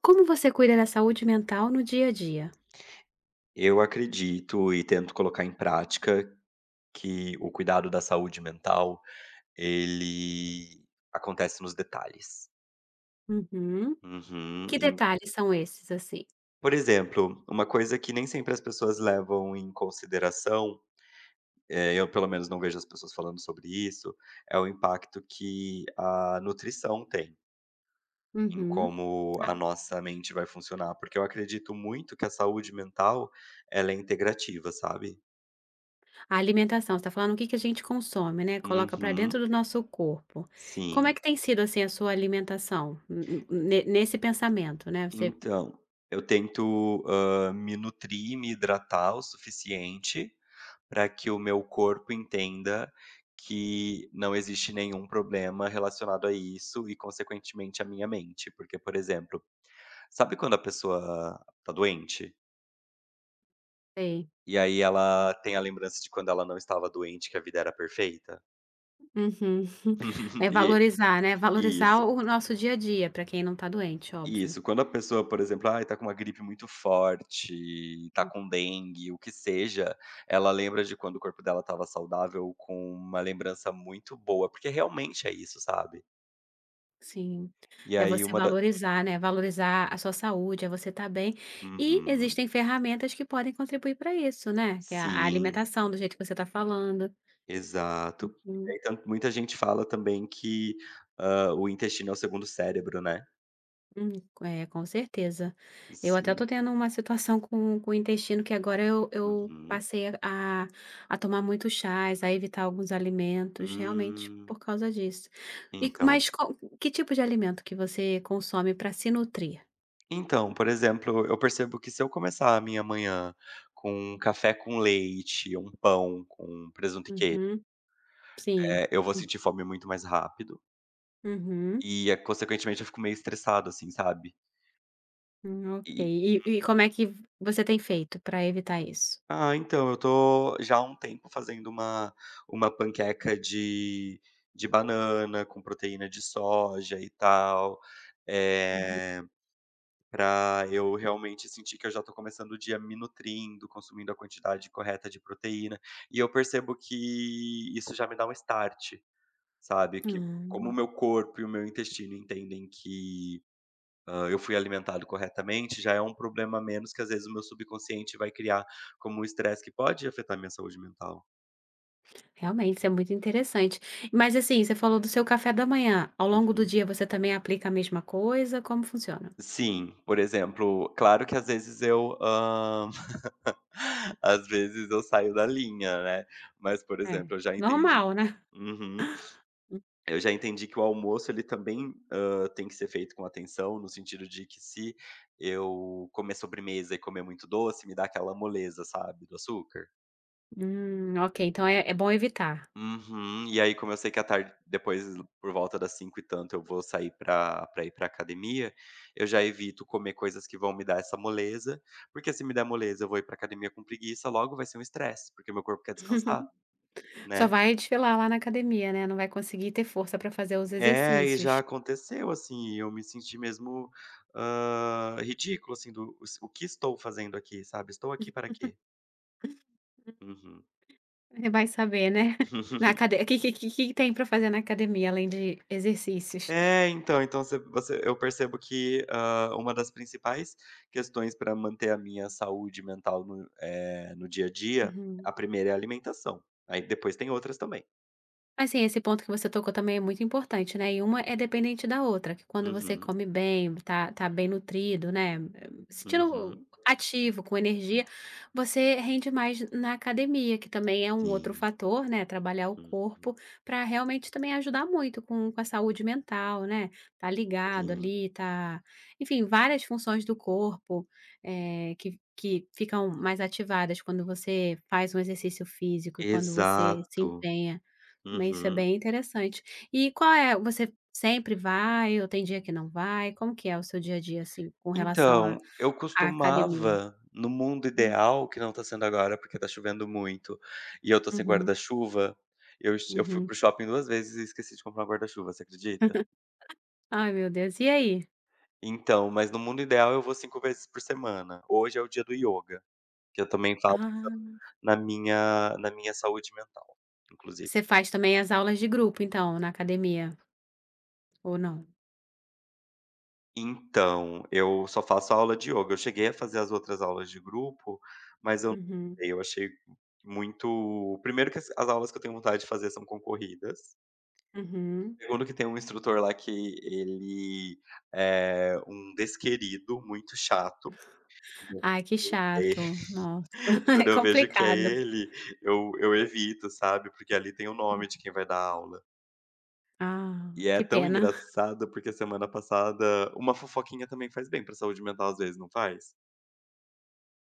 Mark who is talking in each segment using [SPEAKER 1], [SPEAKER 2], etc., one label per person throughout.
[SPEAKER 1] Como você cuida da saúde mental no dia a dia?
[SPEAKER 2] Eu acredito e tento colocar em prática que o cuidado da saúde mental, ele acontece nos detalhes.
[SPEAKER 1] Uhum.
[SPEAKER 2] Uhum.
[SPEAKER 1] Que
[SPEAKER 2] Em
[SPEAKER 1] detalhes são esses, assim?
[SPEAKER 2] por exemplo, uma coisa que nem sempre as pessoas levam em consideração, eu pelo menos não vejo as pessoas falando sobre isso, é o impacto que a nutrição tem em
[SPEAKER 1] Uhum.
[SPEAKER 2] como
[SPEAKER 1] Ah,
[SPEAKER 2] a nossa mente vai funcionar, porque eu acredito muito que a saúde mental, ela é integrativa, sabe.
[SPEAKER 1] a alimentação, você tá falando o que que a gente consome, né, coloca para dentro
[SPEAKER 2] Uhum.
[SPEAKER 1] do nosso corpo. Como é
[SPEAKER 2] Sim.
[SPEAKER 1] que tem sido, assim, a sua alimentação n ne nesse pensamento, né, você
[SPEAKER 2] Então, eu tento, me nutrir me hidratar o suficiente para que o meu corpo entenda que não existe nenhum problema relacionado a isso e, consequentemente, a minha mente. Porque, por exemplo, sabe quando a pessoa tá doente
[SPEAKER 1] tem.
[SPEAKER 2] e aí ela tem a lembrança de quando ela não estava doente, que a vida era perfeita?
[SPEAKER 1] Uhum. É
[SPEAKER 2] E
[SPEAKER 1] valorizar, né,
[SPEAKER 2] e
[SPEAKER 1] valorizar
[SPEAKER 2] isso.
[SPEAKER 1] o nosso dia a dia para quem não está doente, óbvio.
[SPEAKER 2] Isso, quando a pessoa, por exemplo, ai, tá com uma gripe muito forte, tá com dengue, o que seja, ela lembra de quando o corpo dela estava saudável com uma lembrança muito boa, porque realmente é isso, sabe.
[SPEAKER 1] Sim.
[SPEAKER 2] E
[SPEAKER 1] É
[SPEAKER 2] aí
[SPEAKER 1] você
[SPEAKER 2] uma da.
[SPEAKER 1] valorizar, né, valorizar a sua saúde, é você estar bem. E
[SPEAKER 2] Uhum.
[SPEAKER 1] existem ferramentas que podem contribuir para isso, né, que é a
[SPEAKER 2] Sim,
[SPEAKER 1] alimentação, do jeito que você está falando.
[SPEAKER 2] exato. E
[SPEAKER 1] Hum,
[SPEAKER 2] aí tanto muita gente fala também que, o intestino é o segundo cérebro, né.
[SPEAKER 1] hum, é, com certeza. Eu até
[SPEAKER 2] Sim.
[SPEAKER 1] estou tendo uma situação com o intestino que agora eu
[SPEAKER 2] Uhum.
[SPEAKER 1] passei a tomar muitos chás, a evitar alguns alimentos, realmente
[SPEAKER 2] Hum,
[SPEAKER 1] por causa disso. E,
[SPEAKER 2] então
[SPEAKER 1] mas que tipo de alimento que você consome para se nutrir?
[SPEAKER 2] Então, por exemplo, eu percebo que se eu começar a minha manhã com um café com leite, um pão com presunto e queijo,
[SPEAKER 1] Uhum, sim.
[SPEAKER 2] eu vou sentir fome muito mais rápido
[SPEAKER 1] Uhum.
[SPEAKER 2] e, consequentemente, eu fico meio estressado, assim, sabe.
[SPEAKER 1] Ok.
[SPEAKER 2] E
[SPEAKER 1] E como é que você tem feito para evitar isso?
[SPEAKER 2] então, eu tô já há um tempo fazendo uma panqueca de banana com proteína de soja e tal,
[SPEAKER 1] Uhum.
[SPEAKER 2] eh para eu realmente sentir que eu já estou começando o dia me nutrindo, consumindo a quantidade correta de proteína. E eu percebo que isso já me dá um start, sabe, que como o
[SPEAKER 1] Hum,
[SPEAKER 2] meu corpo e o meu intestino entendem que, eu fui alimentado corretamente, já é um problema a menos que às vezes o meu subconsciente vai criar como um estresse que pode afetar minha saúde mental.
[SPEAKER 1] realmente isso é muito interessante. Mas, assim, você falou do seu café da manhã, ao longo do
[SPEAKER 2] Uhum.
[SPEAKER 1] dia você também aplica a mesma coisa, como funciona?
[SPEAKER 2] Sim, por exemplo, claro que às vezes ah, Às vezes eu saio da linha, né. Mas, por
[SPEAKER 1] É,
[SPEAKER 2] exemplo, eu já entendi que.
[SPEAKER 1] normal, né?
[SPEAKER 2] Uhum. Eu já entendi que o almoço ele também, tem que ser feito com atenção, no sentido de que se eu comer sobremesa e comer muito doce, me dá aquela moleza, sabe, do açúcar.
[SPEAKER 1] Ok, então é bom evitar.
[SPEAKER 2] Uhum. E aí, como eu sei que à tarde depois, por volta das cinco e tanto, eu vou sair pra ir pra academia, eu já evito comer coisas que vão me dar essa moleza, porque se me der moleza, eu vou ir pra academia com preguiça, logo vai ser um estresse, porque meu corpo quer descansar,
[SPEAKER 1] Só
[SPEAKER 2] né.
[SPEAKER 1] vai desfilar lá na academia, né, não vai conseguir ter força para fazer os
[SPEAKER 2] É, e
[SPEAKER 1] exercícios.
[SPEAKER 2] já aconteceu, assim, e eu me senti mesmo, ridículo, assim, do "o que estou fazendo aqui?", sabe, "Estou aqui para quê?". Uhum.
[SPEAKER 1] Eh, vai saber, né, na acade que tem para fazer na academia além de exercícios?
[SPEAKER 2] É, então você eu percebo que, uma das principais questões para manter a minha saúde mental no dia a dia,
[SPEAKER 1] Uhum.
[SPEAKER 2] a primeira é a alimentação, aí depois tem outras também.
[SPEAKER 1] Assim, esse ponto que você tocou também é muito importante, né, e uma é dependente da outra, que quando você
[SPEAKER 2] Uhum,
[SPEAKER 1] come bem, tá bem nutrido, né, sentindo
[SPEAKER 2] uhum.
[SPEAKER 1] ativo, com energia, você rende mais na academia, que também é um outro
[SPEAKER 2] Sim,
[SPEAKER 1] fator, né, trabalhar o
[SPEAKER 2] uhum,
[SPEAKER 1] corpo para realmente também ajudar muito com a saúde mental, né, tá ligado
[SPEAKER 2] sim.
[SPEAKER 1] ali, tá enfim, várias funções do corpo, eh, que ficam mais ativadas quando você faz um exercício físico e quando você se
[SPEAKER 2] Exato.
[SPEAKER 1] empenha. Mas isso é
[SPEAKER 2] Uhum.
[SPEAKER 1] bem interessante. E qual é você sempre vai ou tem dia que não vai? Como que é o seu dia a dia, assim, com relação à
[SPEAKER 2] Então, eu
[SPEAKER 1] à academia?
[SPEAKER 2] costumava, no mundo
[SPEAKER 1] Hum,
[SPEAKER 2] ideal, que não tá sendo agora, porque tá chovendo muito, e eu tô sem
[SPEAKER 1] uhum,
[SPEAKER 2] guarda-chuva, eu fui
[SPEAKER 1] uhum.
[SPEAKER 2] para o shopping 2 vezes e esqueci de comprar um guarda-chuva, você acredita?
[SPEAKER 1] Ai, meu Deus. E aí?
[SPEAKER 2] Então, mas no mundo ideal eu vou 5 vezes por semana. Hoje é o dia do yoga, que eu também faço
[SPEAKER 1] Ah,
[SPEAKER 2] na minha saúde mental, inclusive.
[SPEAKER 1] você faz também as aulas de grupo, então, na academia, ou não?
[SPEAKER 2] Então, eu só faço aula de yoga. Eu cheguei a fazer as outras aulas de grupo, mas eu não
[SPEAKER 1] Uhum,
[SPEAKER 2] gostei, eu achei muito primeiro que as aulas que eu tenho vontade de fazer são concorridas.
[SPEAKER 1] uhum.
[SPEAKER 2] Segundo que tem um instrutor lá que ele é um desquerido, muito chato.
[SPEAKER 1] Ai, que
[SPEAKER 2] É,
[SPEAKER 1] chato. Nossa, é
[SPEAKER 2] quando eu vejo que é
[SPEAKER 1] complicado.
[SPEAKER 2] ele, eu evito, sabe, porque ali tem o
[SPEAKER 1] Hum.
[SPEAKER 2] nome de quem vai dar aula.
[SPEAKER 1] Ah,
[SPEAKER 2] E é
[SPEAKER 1] que
[SPEAKER 2] tão
[SPEAKER 1] pena.
[SPEAKER 2] engraçado, porque semana passada uma fofoquinha também faz bem pra saúde mental, às vezes, não faz?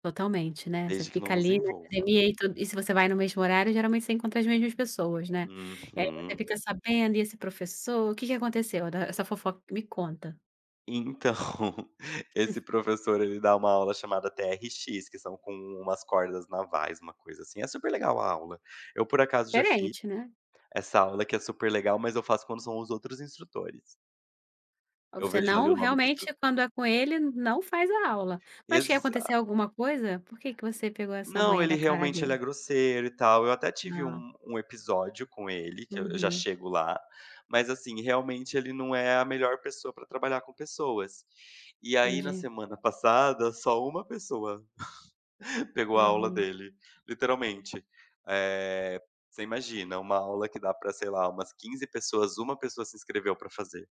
[SPEAKER 1] Totalmente, né, você
[SPEAKER 2] Desde que não
[SPEAKER 1] fica
[SPEAKER 2] nos
[SPEAKER 1] ali na
[SPEAKER 2] envolva.
[SPEAKER 1] academia e to e se você vai no mesmo horário, geralmente você encontra as mesmas pessoas, né. E aí você
[SPEAKER 2] Uhum.
[SPEAKER 1] fica sabendo, e esse professor, o que que aconteceu? Essa fofoca me conta.
[SPEAKER 2] Então, esse professor ele dá uma aula chamada TRX, que são com umas cordas navais, uma coisa assim. É super legal a aula. Eu, por acaso, já fiz
[SPEAKER 1] Diferente, né.
[SPEAKER 2] essa aula que é super legal, mas eu faço quando são os outros instrutores. Eu
[SPEAKER 1] Você
[SPEAKER 2] vejo ali
[SPEAKER 1] não
[SPEAKER 2] o nome do instrutor.
[SPEAKER 1] realmente, quando é com ele, não faz a aula. Mas se acontecer
[SPEAKER 2] Exato.
[SPEAKER 1] alguma coisa? Por que que você pegou essa
[SPEAKER 2] Não,
[SPEAKER 1] manha
[SPEAKER 2] ele
[SPEAKER 1] da cara
[SPEAKER 2] realmente ele
[SPEAKER 1] dele?
[SPEAKER 2] é grosseiro e tal. Eu até tive
[SPEAKER 1] Ah,
[SPEAKER 2] um episódio com ele, que eu já
[SPEAKER 1] uhum,
[SPEAKER 2] chego lá, mas assim, realmente ele não é a melhor pessoa para trabalhar com pessoas. E aí, na
[SPEAKER 1] entendi.
[SPEAKER 2] semana passada, só uma pessoa pegou a aula
[SPEAKER 1] Uhum.
[SPEAKER 2] dele, literalmente. Eh, você imagina, uma aula que dá para sei lá, umas 15 pessoas, uma pessoa se inscreveu para fazer.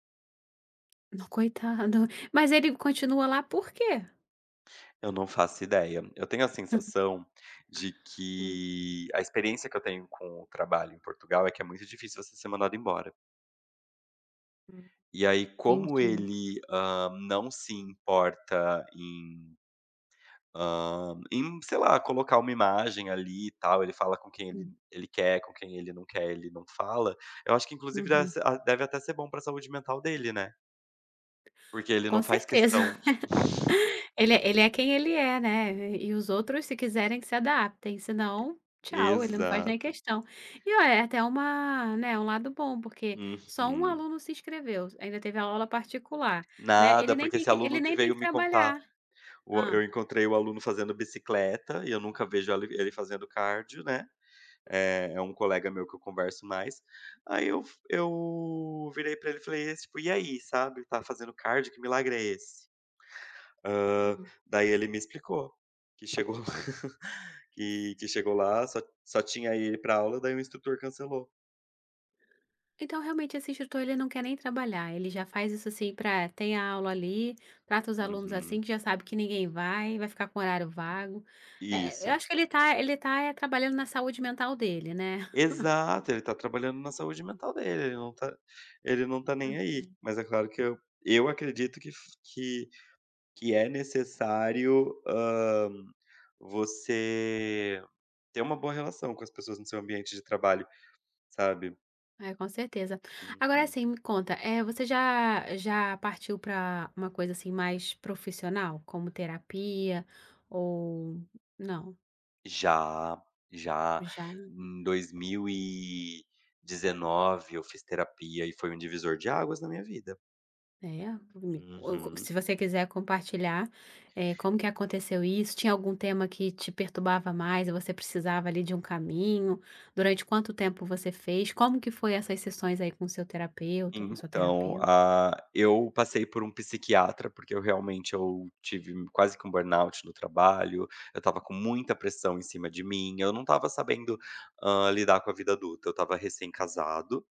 [SPEAKER 1] No coitado. Mas ele continua lá por quê?
[SPEAKER 2] Eu não faço ideia. Eu tenho a sensação de
[SPEAKER 1] Hum,
[SPEAKER 2] que a experiência que eu tenho com o trabalho em Portugal é que é muito difícil você ser mandado embora.
[SPEAKER 1] hum,
[SPEAKER 2] E aí, como
[SPEAKER 1] entendi.
[SPEAKER 2] ele, não se importa em, sei lá, colocar uma imagem ali e tal, ele fala com quem ele
[SPEAKER 1] Hum,
[SPEAKER 2] ele quer, com quem ele não quer, ele não fala. Eu acho que inclusive deve
[SPEAKER 1] uhum.
[SPEAKER 2] se a deve até ser bom pra saúde mental dele, né. Porque ele
[SPEAKER 1] Com
[SPEAKER 2] não faz
[SPEAKER 1] certeza.
[SPEAKER 2] questão.
[SPEAKER 1] Ele é quem ele é, né, e os outros se quiserem que se adaptem, senão tchau, ele não faz nem
[SPEAKER 2] Exato.
[SPEAKER 1] questão. E olha, é até uma né, um lado bom, porque só um
[SPEAKER 2] Uhum.
[SPEAKER 1] aluno se inscreveu, ainda teve a aula particular, né, ele
[SPEAKER 2] Nada,
[SPEAKER 1] nem
[SPEAKER 2] porque
[SPEAKER 1] tem
[SPEAKER 2] esse
[SPEAKER 1] que ele
[SPEAKER 2] aluno que
[SPEAKER 1] nem tem
[SPEAKER 2] veio
[SPEAKER 1] que
[SPEAKER 2] me contar.
[SPEAKER 1] trabalhar.
[SPEAKER 2] O Eu
[SPEAKER 1] Hã.
[SPEAKER 2] encontrei o aluno fazendo bicicleta e eu nunca vejo ele fazendo cardio, né. É um colega meu que eu converso mais. Aí eu virei pra ele e falei, tipo: "E aí, sabe, tá fazendo cardio? Que milagre é esse?" Hã,
[SPEAKER 1] Hum.
[SPEAKER 2] daí ele me explicou que chegou, que chegou lá, só tinha ele para aula, daí o instrutor cancelou.
[SPEAKER 1] Então realmente esse instrutor ele não quer nem trabalhar, ele já faz isso assim para tem a aula ali, trata os alunos assim
[SPEAKER 2] Uhum.
[SPEAKER 1] que já sabe que ninguém vai, vai ficar com horário vago. Eh, eu
[SPEAKER 2] Isso.
[SPEAKER 1] acho que ele tá, eh, trabalhando na saúde mental dele, né.
[SPEAKER 2] Exato, ele tá trabalhando na saúde mental dele, ele não tá nem aí. Mas é claro que eu acredito que f que é necessário, você ter uma boa relação com as pessoas no seu ambiente de trabalho, sabe.
[SPEAKER 1] É, com certeza. Agora
[SPEAKER 2] Uhum.
[SPEAKER 1] assim, me conta, É você já já partiu para uma coisa, assim, mais profissional, como terapia ou não?
[SPEAKER 2] Já, já.
[SPEAKER 1] Já?
[SPEAKER 2] Em 2019 eu fiz terapia e foi um divisor de águas na minha vida.
[SPEAKER 1] É? Me co
[SPEAKER 2] Uhum.
[SPEAKER 1] se você quiser compartilhar, é como que aconteceu isso, tinha algum tema que te perturbava mais e você precisava ali de um caminho? Durante quanto tempo você fez? Como que foi essas sessões aí com o seu terapeuta, com a sua
[SPEAKER 2] Então,
[SPEAKER 1] terapeuta?
[SPEAKER 2] eu passei por um psiquiatra, porque eu realmente eu tive quase que um burnout no trabalho, eu estava com muita pressão em cima de mim, eu não estava sabendo, lidar com a vida adulta, eu estava recém-casado.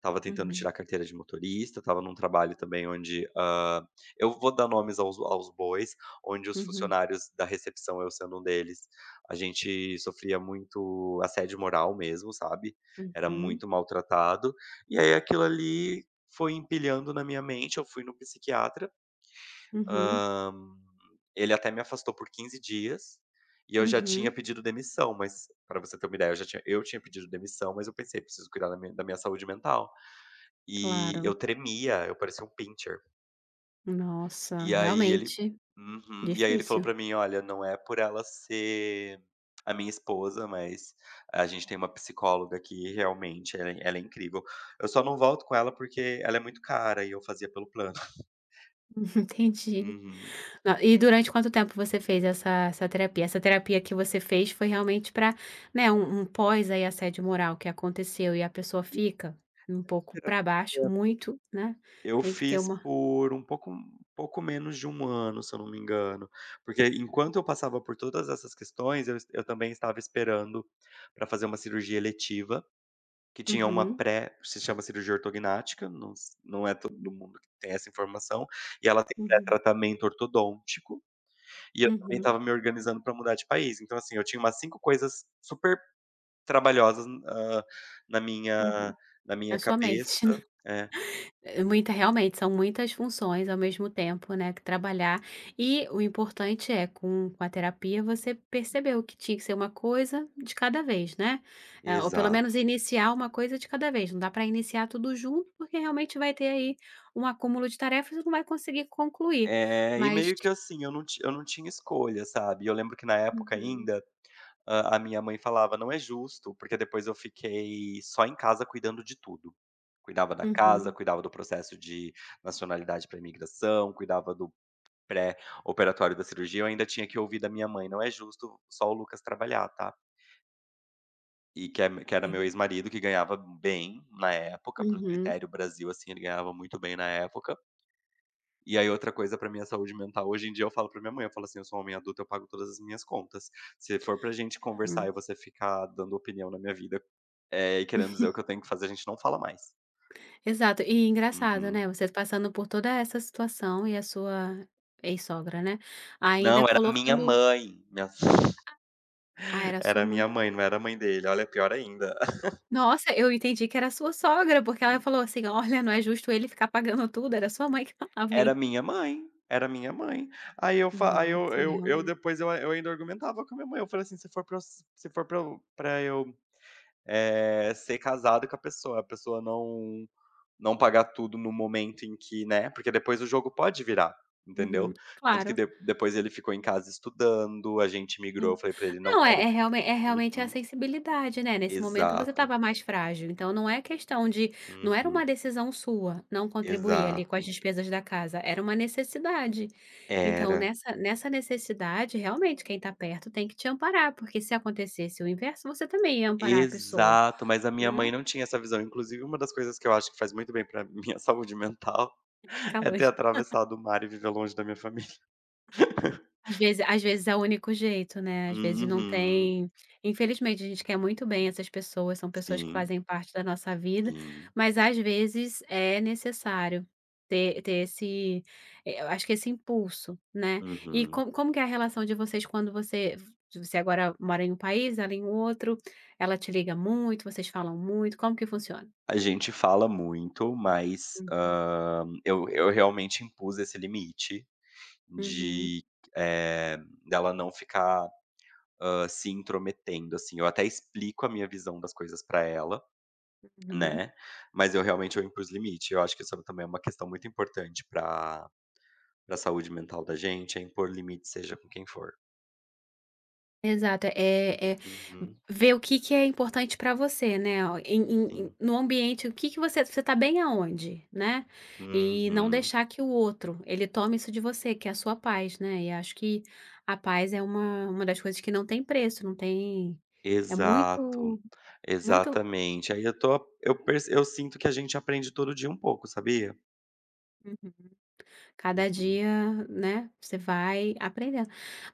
[SPEAKER 2] Tava tentando tirar
[SPEAKER 1] Uhum,
[SPEAKER 2] a carteira de motorista, tava num trabalho também onde, eu vou dar nomes aos bois, onde os
[SPEAKER 1] uhum,
[SPEAKER 2] funcionários da recepção, eu sendo um deles, a gente sofria muito assédio moral mesmo, sabe, era
[SPEAKER 1] uhum,
[SPEAKER 2] muito maltratado. E aí aquilo ali foi empilhando na minha mente, eu fui no psiquiatra,
[SPEAKER 1] uhum,
[SPEAKER 2] hã, ele até me afastou por 15 dias, e eu já tinha
[SPEAKER 1] uhum,
[SPEAKER 2] pedido demissão, mas para você ter uma ideia, eu já tinha eu tinha pedido demissão, mas eu pensei: "Preciso cuidar da minha saúde mental". E eu
[SPEAKER 1] claro.
[SPEAKER 2] tremia, eu parecia um pincher.
[SPEAKER 1] Nossa,
[SPEAKER 2] E aí ele.
[SPEAKER 1] realmente
[SPEAKER 2] Uhum. E aí ele falou
[SPEAKER 1] difícil.
[SPEAKER 2] pra mim: "Olha, não é por ela ser a minha esposa, mas a gente tem uma psicóloga que realmente ela é incrível. Eu só não volto com ela porque ela é muito cara e eu fazia pelo plano".
[SPEAKER 1] Entendi.
[SPEAKER 2] Uhum.
[SPEAKER 1] Na e durante quanto tempo você fez essa terapia? Essa terapia que você fez foi realmente para né, um pós aí assédio moral que aconteceu e a pessoa fica um pouco para baixo,
[SPEAKER 2] Terapia.
[SPEAKER 1] muito, né,
[SPEAKER 2] Eu
[SPEAKER 1] tem que ter
[SPEAKER 2] fiz
[SPEAKER 1] uma.
[SPEAKER 2] por um pouco menos de um ano, se eu não me engano, porque enquanto eu passava por todas essas questões, eu também estava esperando para fazer uma cirurgia eletiva. Que tinha uma
[SPEAKER 1] Uhum,
[SPEAKER 2] pré Se chama cirurgia ortognática, não é todo mundo que tem essa informação, e ela tem
[SPEAKER 1] uhum,
[SPEAKER 2] pré-tratamento ortodôntico, e eu também
[SPEAKER 1] uhum,
[SPEAKER 2] estava me organizando para mudar de país. Então, assim, eu tinha umas 5 coisas super trabalhosas, na minha
[SPEAKER 1] uhum.
[SPEAKER 2] na
[SPEAKER 1] A
[SPEAKER 2] minha
[SPEAKER 1] sua
[SPEAKER 2] cabeça.
[SPEAKER 1] mente, né.
[SPEAKER 2] É,
[SPEAKER 1] É muita realmente, são muitas funções ao mesmo tempo, né, que trabalhar. E o importante é com a terapia você percebeu que tinha que ser uma coisa de cada vez, né. Eh, ou pelo menos
[SPEAKER 2] exato.
[SPEAKER 1] iniciar uma coisa de cada vez, não dá para iniciar tudo junto, porque realmente vai ter aí um acúmulo de tarefas e não vai conseguir concluir,
[SPEAKER 2] É, e
[SPEAKER 1] mas
[SPEAKER 2] meio que assim, eu não tinha escolha, sabe. Eu lembro que na época
[SPEAKER 1] uhum,
[SPEAKER 2] ainda. A minha mãe falava: "Não é justo", porque depois eu fiquei só em casa cuidando de tudo. Cuidava da casa,
[SPEAKER 1] uhum.
[SPEAKER 2] cuidava do processo de nacionalidade para imigração, cuidava do pré-operatório da cirurgia, eu ainda tinha que ouvir da minha mãe: "Não é justo só o Lucas trabalhar, tá?". E que é que era meu
[SPEAKER 1] Sim.
[SPEAKER 2] ex-marido, que ganhava bem na época, para o
[SPEAKER 1] Uhum,
[SPEAKER 2] critério Brasil, assim, ele ganhava muito bem na época. E aí outra coisa pra minha saúde mental, hoje em dia eu falo pra minha mãe, eu falo assim: "Eu sou um homem adulto, eu pago todas as minhas contas. Se for pra gente conversar
[SPEAKER 1] hum.
[SPEAKER 2] e você ficar dando opinião na minha vida e querendo dizer o que eu tenho que fazer, a gente não fala mais".
[SPEAKER 1] Exato, e engraçado, né,
[SPEAKER 2] Uhum.
[SPEAKER 1] você passando por toda essa situação e a sua ex-sogra, né, ainda
[SPEAKER 2] Não, era minha
[SPEAKER 1] colocando.
[SPEAKER 2] mãe. Minha
[SPEAKER 1] Ah, era sua
[SPEAKER 2] Era
[SPEAKER 1] mãe.
[SPEAKER 2] minha mãe, não era a mãe dele. Olha, pior ainda.
[SPEAKER 1] Nossa, eu entendi que era sua sogra, porque ela falou assim: "Olha, não é justo ele ficar pagando tudo", era sua mãe que falava
[SPEAKER 2] Era
[SPEAKER 1] aí."
[SPEAKER 2] minha mãe, era minha mãe. Aí eu fa aí eu
[SPEAKER 1] Nossa,
[SPEAKER 2] eu eu
[SPEAKER 1] realmente.
[SPEAKER 2] depois eu ainda argumentava com a minha mãe, eu falei assim: "Se for pra eu s se for pra eu ser casado com a pessoa não pagar tudo no momento em que, né", porque depois o jogo pode virar,
[SPEAKER 1] Uhum.
[SPEAKER 2] entendeu. Tanto que
[SPEAKER 1] Claro,
[SPEAKER 2] de depois ele ficou em casa estudando, a gente migrou, eu
[SPEAKER 1] sim.
[SPEAKER 2] falei pra ele: "Não
[SPEAKER 1] Não, é
[SPEAKER 2] quero".
[SPEAKER 1] realmente a
[SPEAKER 2] Uhum.
[SPEAKER 1] sensibilidade, né, nesse momento você
[SPEAKER 2] Exato.
[SPEAKER 1] estava mais frágil, então não é questão de, não era uma
[SPEAKER 2] Uhum.
[SPEAKER 1] decisão sua não contribuir ali com
[SPEAKER 2] Exato.
[SPEAKER 1] as despesas da casa, era uma necessidade. Então
[SPEAKER 2] Era.
[SPEAKER 1] nessa necessidade, realmente, quem está perto tem que te amparar, porque se acontecesse o inverso, você também ia amparar a pessoa,
[SPEAKER 2] Exato, mas a minha
[SPEAKER 1] né.
[SPEAKER 2] mãe não tinha essa visão. Inclusive, uma das coisas que eu acho que faz muito bem pra minha saúde mental
[SPEAKER 1] Ficar
[SPEAKER 2] é ter
[SPEAKER 1] longe.
[SPEAKER 2] atravessado o mar e viver longe da minha família.
[SPEAKER 1] Às vezes é o único jeito, né, às vezes não
[SPEAKER 2] Uhum.
[SPEAKER 1] tem infelizmente a gente quer muito bem essas pessoas, são pessoas que
[SPEAKER 2] Sim,
[SPEAKER 1] fazem parte da nossa vida,
[SPEAKER 2] sim.
[SPEAKER 1] mas às vezes é necessário ter esse eh, eu acho que esse impulso, né. E
[SPEAKER 2] Uhum.
[SPEAKER 1] como que é a relação de vocês quando você agora mora em um país, ela em outro, ela te liga muito, vocês falam muito, como que funciona?
[SPEAKER 2] A gente fala muito, mas,
[SPEAKER 1] Hum,
[SPEAKER 2] eu realmente impus esse limite
[SPEAKER 1] uhum,
[SPEAKER 2] de, eh, dela não ficar, se intrometendo, assim. Eu até explico a minha visão das coisas pra ela.
[SPEAKER 1] uhum.
[SPEAKER 2] Né, mas eu realmente eu impus limite, eu acho que isso também é uma questão muito importante para a saúde mental da gente, é impor limite seja com quem for.
[SPEAKER 1] Exato, é
[SPEAKER 2] Uhum,
[SPEAKER 1] ver o que que é importante para você, né, o em
[SPEAKER 2] sim.
[SPEAKER 1] no ambiente, o que que você tá bem aonde, né, e não
[SPEAKER 2] Uhum.
[SPEAKER 1] deixar que o outro, ele tome isso de você, que é a sua paz, né, e acho que a paz é uma das coisas que não tem preço, não tem é
[SPEAKER 2] Exato,
[SPEAKER 1] muito muito
[SPEAKER 2] exatamente. Aí eu tô eu perce eu sinto que a gente aprende todo dia um pouco, sabia?
[SPEAKER 1] uhum. Cada
[SPEAKER 2] Uhum,
[SPEAKER 1] dia, né, você vai aprendendo.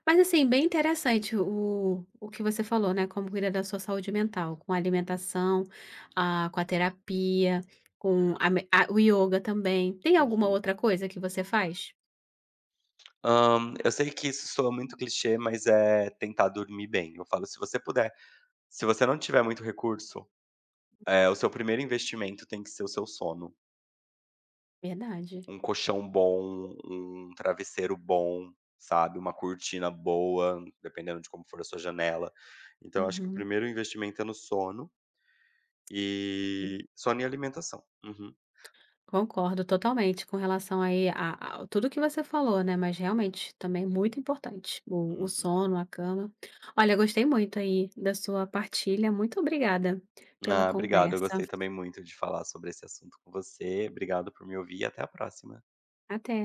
[SPEAKER 1] Mas, assim, bem interessante o que você falou, né, como cuida da sua saúde mental, com a alimentação, ah, com a terapia, com a me a o yoga também. Tem alguma
[SPEAKER 2] uhum.
[SPEAKER 1] outra coisa que você faz?
[SPEAKER 2] Eu sei que isso soa muito clichê, mas é tentar dormir bem. Eu falo, se você não tiver muito recurso, o seu primeiro investimento tem que ser o seu sono.
[SPEAKER 1] Verdade.
[SPEAKER 2] Um colchão bom, um travesseiro bom, sabe, uma cortina boa, dependendo de como for a sua janela. Então eu acho que o
[SPEAKER 1] Uhum.
[SPEAKER 2] primeiro investimento é no sono e alimentação. Uhum,
[SPEAKER 1] Concordo totalmente com relação aí a, tudo que você falou, né? Mas realmente também é muito importante o
[SPEAKER 2] uhum.
[SPEAKER 1] sono, a cama. Olha, gostei muito aí da sua partilha. Muito obrigada pela
[SPEAKER 2] Ah, obrigado, eu
[SPEAKER 1] conversa.
[SPEAKER 2] gostei também muito de falar sobre esse assunto com você. Obrigado por me ouvir e até a próxima.
[SPEAKER 1] Até.